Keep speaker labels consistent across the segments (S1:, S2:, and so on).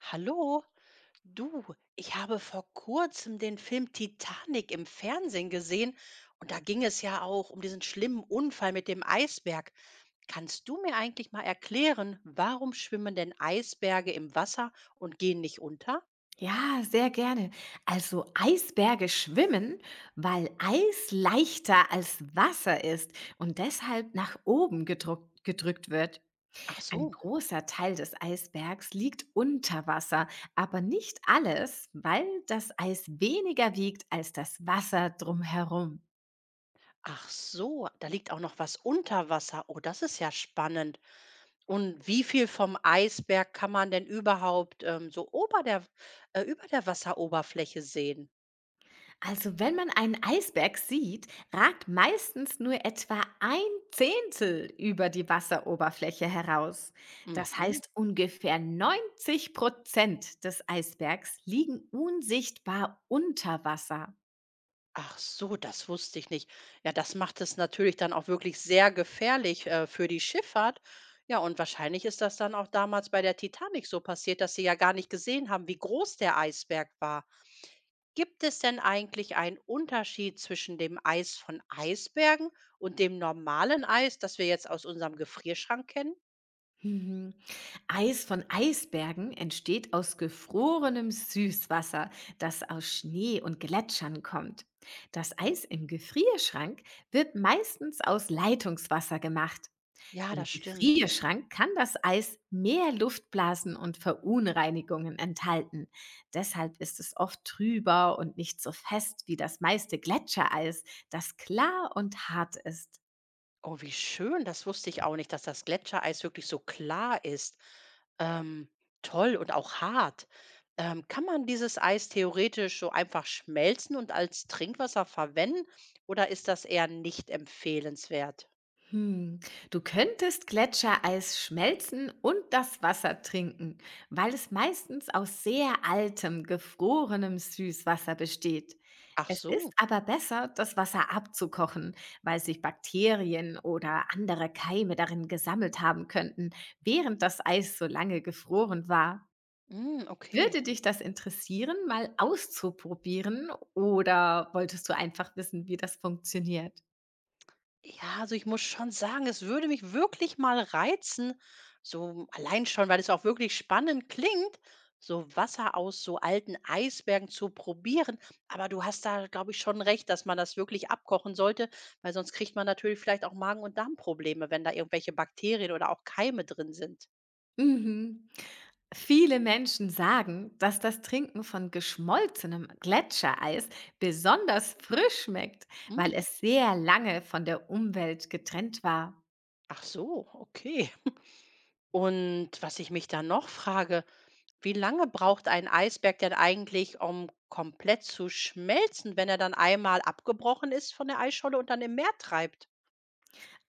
S1: Hallo, du, ich habe vor kurzem den Film Titanic im Fernsehen gesehen und da ging es ja auch um diesen schlimmen Unfall mit dem Eisberg. Kannst du mir eigentlich mal erklären, warum schwimmen denn Eisberge im Wasser und gehen nicht unter?
S2: Ja, sehr gerne. Also Eisberge schwimmen, weil Eis leichter als Wasser ist und deshalb nach oben gedrückt wird.
S1: Ach
S2: Ein
S1: so.
S2: großer Teil des Eisbergs liegt unter Wasser, aber nicht alles, weil das Eis weniger wiegt als das Wasser drumherum.
S1: Ach so, da liegt auch noch was unter Wasser. Oh, das ist ja spannend. Und wie viel vom Eisberg kann man denn überhaupt so über der Wasseroberfläche sehen?
S2: Also wenn man einen Eisberg sieht, ragt meistens nur etwa ein Zehntel über die Wasseroberfläche heraus. Das
S1: Mhm.
S2: heißt, ungefähr 90% des Eisbergs liegen unsichtbar unter Wasser.
S1: Ach so, das wusste ich nicht. Ja, das macht es natürlich dann auch wirklich sehr gefährlich, für die Schifffahrt. Ja, und wahrscheinlich ist das dann auch damals bei der Titanic so passiert, dass sie ja gar nicht gesehen haben, wie groß der Eisberg war. Gibt es denn eigentlich einen Unterschied zwischen dem Eis von Eisbergen und dem normalen Eis, das wir jetzt aus unserem Gefrierschrank kennen?
S2: Mhm. Eis von Eisbergen entsteht aus gefrorenem Süßwasser, das aus Schnee und Gletschern kommt. Das Eis im Gefrierschrank wird meistens aus Leitungswasser gemacht.
S1: Ja,
S2: Im
S1: das stimmt.
S2: Gefrierschrank kann das Eis mehr Luftblasen und Verunreinigungen enthalten. Deshalb ist es oft trüber und nicht so fest wie das meiste Gletschereis, das klar und hart ist.
S1: Oh, wie schön. Das wusste ich auch nicht, dass das Gletschereis wirklich so klar ist. Ähm, toll und auch hart. Kann man dieses Eis theoretisch so einfach schmelzen und als Trinkwasser verwenden oder ist das eher nicht empfehlenswert?
S2: Hm. Du könntest Gletschereis schmelzen und das Wasser trinken, weil es meistens aus sehr altem, gefrorenem Süßwasser besteht.
S1: Ach
S2: Es ist
S1: so.
S2: aber besser, das Wasser abzukochen, weil sich Bakterien oder andere Keime darin gesammelt haben könnten, während das Eis so lange gefroren war.
S1: Mm, okay.
S2: Würde dich das interessieren, mal auszuprobieren, oder wolltest du einfach wissen, wie das funktioniert?
S1: Ja, also ich muss schon sagen, es würde mich wirklich mal reizen, so allein schon, weil es auch wirklich spannend klingt, so Wasser aus so alten Eisbergen zu probieren. Aber du hast da, glaube ich, schon recht, dass man das wirklich abkochen sollte, weil sonst kriegt man natürlich vielleicht auch Magen- und Darmprobleme, wenn da irgendwelche Bakterien oder auch Keime drin sind.
S2: Mhm. Viele Menschen sagen, dass das Trinken von geschmolzenem Gletschereis besonders frisch schmeckt, weil
S1: Mm,
S2: es sehr lange von der Umwelt getrennt war.
S1: ach so, okay. Und was ich mich da noch frage, wie lange braucht ein Eisberg denn eigentlich, um komplett zu schmelzen, wenn er dann einmal abgebrochen ist von der Eisscholle und dann im Meer treibt?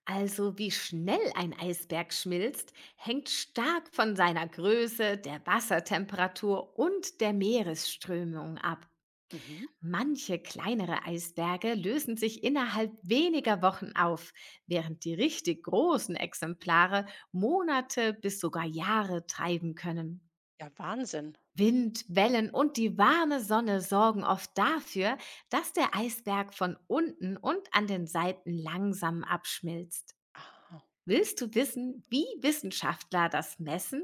S2: Also wie schnell ein Eisberg schmilzt, hängt stark von seiner Größe, der Wassertemperatur und der Meeresströmung ab.
S1: Mhm.
S2: Manche kleinere Eisberge lösen sich innerhalb weniger Wochen auf, während die richtig großen Exemplare Monate bis sogar Jahre treiben können.
S1: Ja, Wahnsinn.
S2: Wind, Wellen und die warme Sonne sorgen oft dafür, dass der Eisberg von unten und an den Seiten langsam abschmilzt.
S1: Ah.
S2: Willst du wissen, wie Wissenschaftler das messen?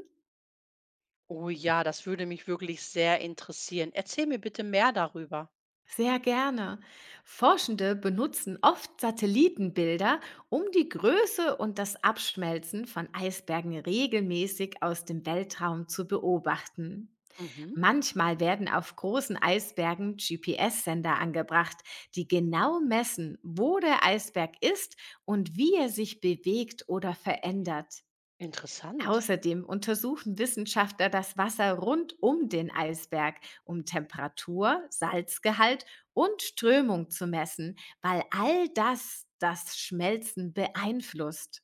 S1: Oh ja, das würde mich wirklich sehr interessieren. Erzähl mir bitte mehr darüber.
S2: Sehr gerne. Forschende benutzen oft Satellitenbilder, um die Größe und das Abschmelzen von Eisbergen regelmäßig aus dem Weltraum zu beobachten.
S1: Mhm.
S2: Manchmal werden auf großen Eisbergen GPS-Sender angebracht, die genau messen, wo der Eisberg ist und wie er sich bewegt oder verändert.
S1: Interessant.
S2: Außerdem untersuchen Wissenschaftler das Wasser rund um den Eisberg, um Temperatur, Salzgehalt und Strömung zu messen, weil all das das Schmelzen beeinflusst.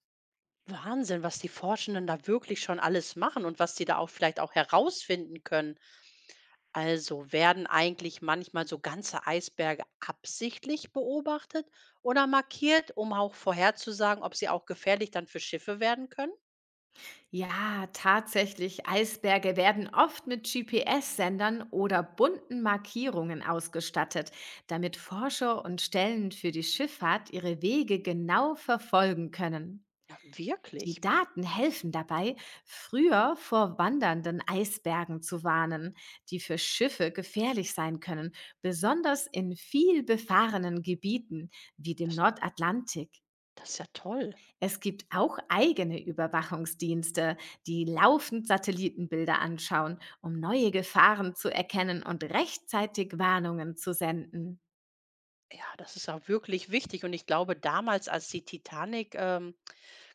S1: Wahnsinn, was die Forschenden da wirklich schon alles machen und was sie da auch vielleicht auch herausfinden können. Also werden eigentlich manchmal so ganze Eisberge absichtlich beobachtet oder markiert, um auch vorherzusagen, ob sie auch gefährlich dann für Schiffe werden können?
S2: Ja, tatsächlich, Eisberge werden oft mit GPS-Sendern oder bunten Markierungen ausgestattet, damit Forscher und Stellen für die Schifffahrt ihre Wege genau verfolgen können.
S1: Ja,
S2: Die
S1: wirklich. Puh,
S2: Daten helfen dabei, früher vor wandernden Eisbergen zu warnen, die für Schiffe gefährlich sein können, besonders in viel befahrenen Gebieten wie dem
S1: das,
S2: Nordatlantik.
S1: das ist ja toll.
S2: Es gibt auch eigene Überwachungsdienste, die laufend Satellitenbilder anschauen, um neue Gefahren zu erkennen und rechtzeitig Warnungen zu senden.
S1: Ja, das ist auch wirklich wichtig und ich glaube, damals, als die Titanic,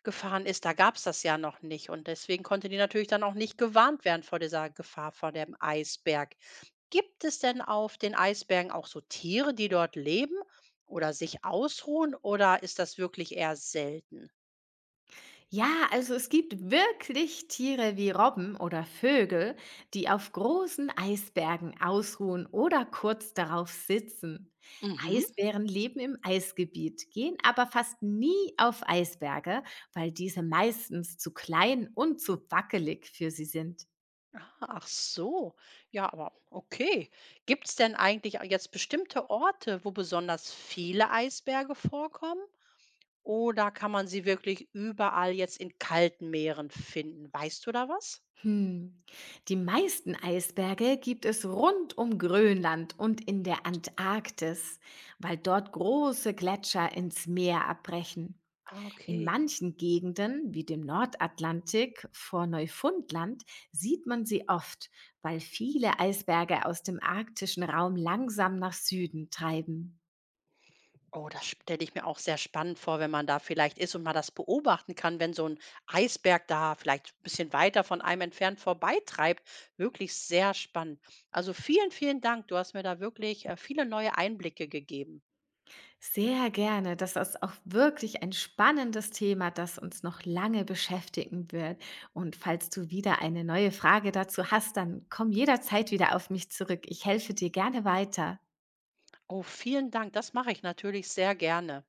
S1: gefahren ist, da gab's das ja noch nicht und deswegen konnte die natürlich dann auch nicht gewarnt werden vor dieser Gefahr, vor dem Eisberg. Gibt es denn auf den Eisbergen auch so Tiere, die dort leben oder sich ausruhen oder ist das wirklich eher selten?
S2: Ja, also es gibt wirklich Tiere wie Robben oder Vögel, die auf großen Eisbergen ausruhen oder kurz darauf sitzen.
S1: Mhm.
S2: Eisbären leben im Eisgebiet, gehen aber fast nie auf Eisberge, weil diese meistens zu klein und zu wackelig für sie sind.
S1: Ah, ach so. Ja, aber okay. Gibt's denn eigentlich jetzt bestimmte Orte, wo besonders viele Eisberge vorkommen? Oder kann man sie wirklich überall jetzt in kalten Meeren finden? Weißt du da was?
S2: Hm. Die meisten Eisberge gibt es rund um Grönland und in der Antarktis, weil dort große Gletscher ins Meer abbrechen.
S1: Ah,
S2: In
S1: okay.
S2: manchen Gegenden, wie dem Nordatlantik vor Neufundland, sieht man sie oft, weil viele Eisberge aus dem arktischen Raum langsam nach Süden treiben.
S1: Oh, das stelle ich mir auch sehr spannend vor, wenn man da vielleicht ist und mal das beobachten kann, wenn so ein Eisberg da vielleicht 'n bisschen weiter von einem entfernt vorbeitreibt. Wirklich sehr spannend. Also, vielen, vielen Dank. Du hast mir da wirklich, viele neue Einblicke gegeben.
S2: Sehr gerne. Das ist auch wirklich ein spannendes Thema, das uns noch lange beschäftigen wird. Und falls du wieder eine neue Frage dazu hast, dann komm jederzeit wieder auf mich zurück. Ich helfe dir gerne weiter.
S1: Oh, vielen Dank. Das mache ich natürlich sehr gerne.